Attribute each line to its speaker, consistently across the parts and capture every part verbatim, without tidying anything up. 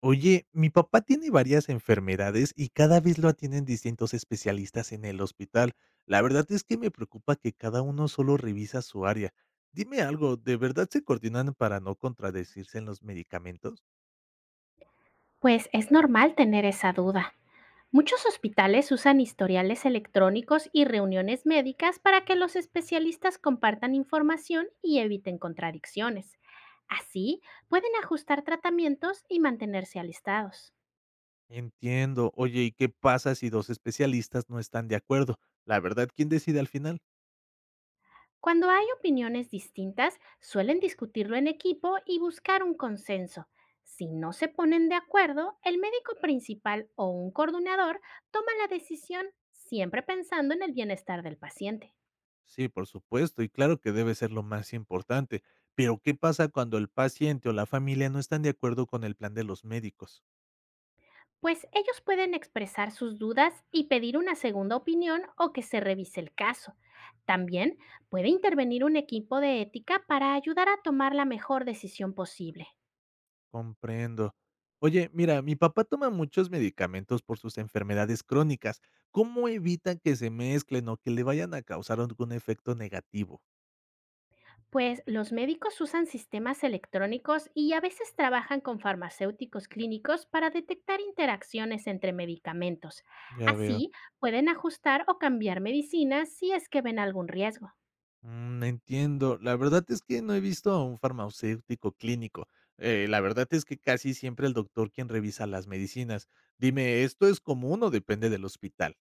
Speaker 1: Oye, mi papá tiene varias enfermedades y cada vez lo atienden distintos especialistas en el hospital. La verdad es que me preocupa que cada uno solo revisa su área. Dime algo, ¿de verdad se coordinan para no contradecirse en los medicamentos?
Speaker 2: Pues es normal tener esa duda. Muchos hospitales usan historiales electrónicos y reuniones médicas para que los especialistas compartan información y eviten contradicciones. Así, pueden ajustar tratamientos y mantenerse alistados.
Speaker 1: Entiendo. Oye, ¿y qué pasa si dos especialistas no están de acuerdo? La verdad, ¿quién decide al final?
Speaker 2: Cuando hay opiniones distintas, suelen discutirlo en equipo y buscar un consenso. Si no se ponen de acuerdo, el médico principal o un coordinador toma la decisión, siempre pensando en el bienestar del paciente.
Speaker 1: Sí, por supuesto, y claro que debe ser lo más importante. Pero ¿qué pasa cuando el paciente o la familia no están de acuerdo con el plan de los médicos?
Speaker 2: Pues ellos pueden expresar sus dudas y pedir una segunda opinión o que se revise el caso. También puede intervenir un equipo de ética para ayudar a tomar la mejor decisión posible.
Speaker 1: Comprendo. Oye, mira, mi papá toma muchos medicamentos por sus enfermedades crónicas. ¿Cómo evitan que se mezclen o que le vayan a causar algún efecto negativo?
Speaker 2: Pues los médicos usan sistemas electrónicos y a veces trabajan con farmacéuticos clínicos para detectar interacciones entre medicamentos.
Speaker 1: Ya veo.
Speaker 2: Así pueden ajustar o cambiar medicinas si es que ven algún riesgo.
Speaker 1: Mm, entiendo. La verdad es que no he visto a un farmacéutico clínico. Eh, la verdad es que casi siempre el doctor quien revisa las medicinas. Dime, ¿esto es común o depende del hospital?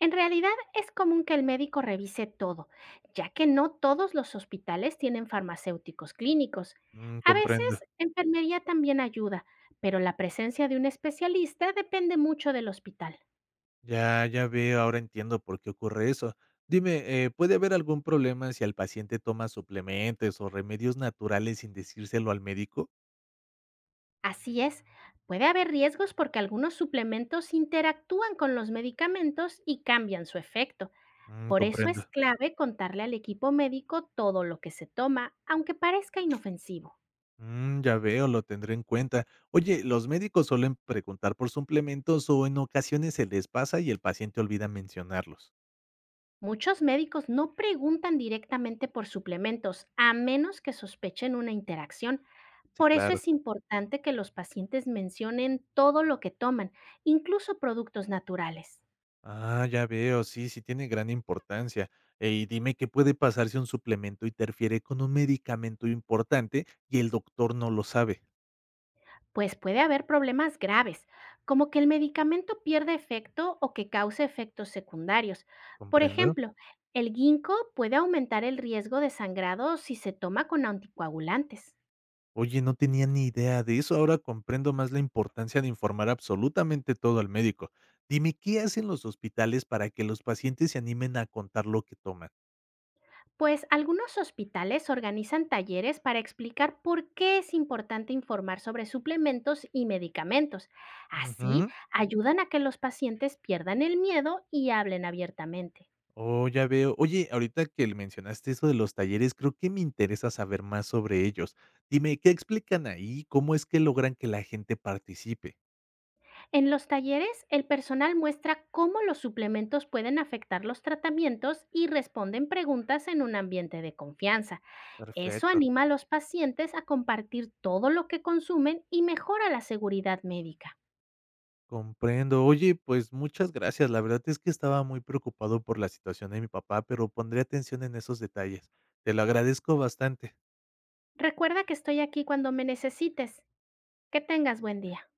Speaker 2: En realidad es común que el médico revise todo, ya que no todos los hospitales tienen farmacéuticos clínicos.
Speaker 1: Mm,
Speaker 2: A
Speaker 1: comprendo.
Speaker 2: veces, enfermería también ayuda, pero la presencia de un especialista depende mucho del hospital.
Speaker 1: Ya, ya veo, ahora entiendo por qué ocurre eso. Dime, eh, ¿puede haber algún problema si el paciente toma suplementos o remedios naturales sin decírselo al médico?
Speaker 2: Así es, puede haber riesgos porque algunos suplementos interactúan con los medicamentos y cambian su efecto.
Speaker 1: Mm,
Speaker 2: Por eso
Speaker 1: comprendo.
Speaker 2: es clave contarle al equipo médico todo lo que se toma, aunque parezca inofensivo.
Speaker 1: Mm, ya veo, lo tendré en cuenta. Oye, ¿los médicos suelen preguntar por suplementos o en ocasiones se les pasa y el paciente olvida mencionarlos?
Speaker 2: Muchos médicos no preguntan directamente por suplementos a menos que sospechen una interacción.
Speaker 1: Sí,
Speaker 2: Por eso
Speaker 1: claro.
Speaker 2: es importante que los pacientes mencionen todo lo que toman, incluso productos naturales,
Speaker 1: Ah, ya veo, sí, sí tiene gran importancia. Eh, Y dime qué puede pasar si un suplemento interfiere con un medicamento importante y el doctor no lo sabe.
Speaker 2: pues puede haber problemas graves, como que el medicamento pierda efecto o que cause efectos secundarios. Por
Speaker 1: ¿Comprendo?
Speaker 2: ejemplo, el ginkgo puede aumentar el riesgo de sangrado si se toma con anticoagulantes.
Speaker 1: Oye, no tenía ni idea de eso. Ahora comprendo más la importancia de informar absolutamente todo al médico. Dime, ¿qué hacen los hospitales para que los pacientes se animen a contar lo que toman?
Speaker 2: Pues algunos hospitales organizan talleres para explicar por qué es importante informar sobre suplementos y medicamentos. Así,
Speaker 1: Ujú.
Speaker 2: ayudan a que los pacientes pierdan el miedo y hablen abiertamente.
Speaker 1: Oh, ya veo. Oye, ahorita que le mencionaste eso de los talleres, creo que me interesa saber más sobre ellos. Dime, ¿qué explican ahí? ¿Cómo es que logran que la gente participe?
Speaker 2: En los talleres, el personal muestra cómo los suplementos pueden afectar los tratamientos y responden preguntas en un ambiente de confianza. Eso
Speaker 1: Perfecto.
Speaker 2: anima a los pacientes a compartir todo lo que consumen y mejora la seguridad médica.
Speaker 1: Comprendo. Oye, pues muchas gracias. La verdad es que estaba muy preocupado por la situación de mi papá, pero pondré atención en esos detalles. Te lo agradezco bastante.
Speaker 2: Recuerda que estoy aquí cuando me necesites. Que tengas buen día.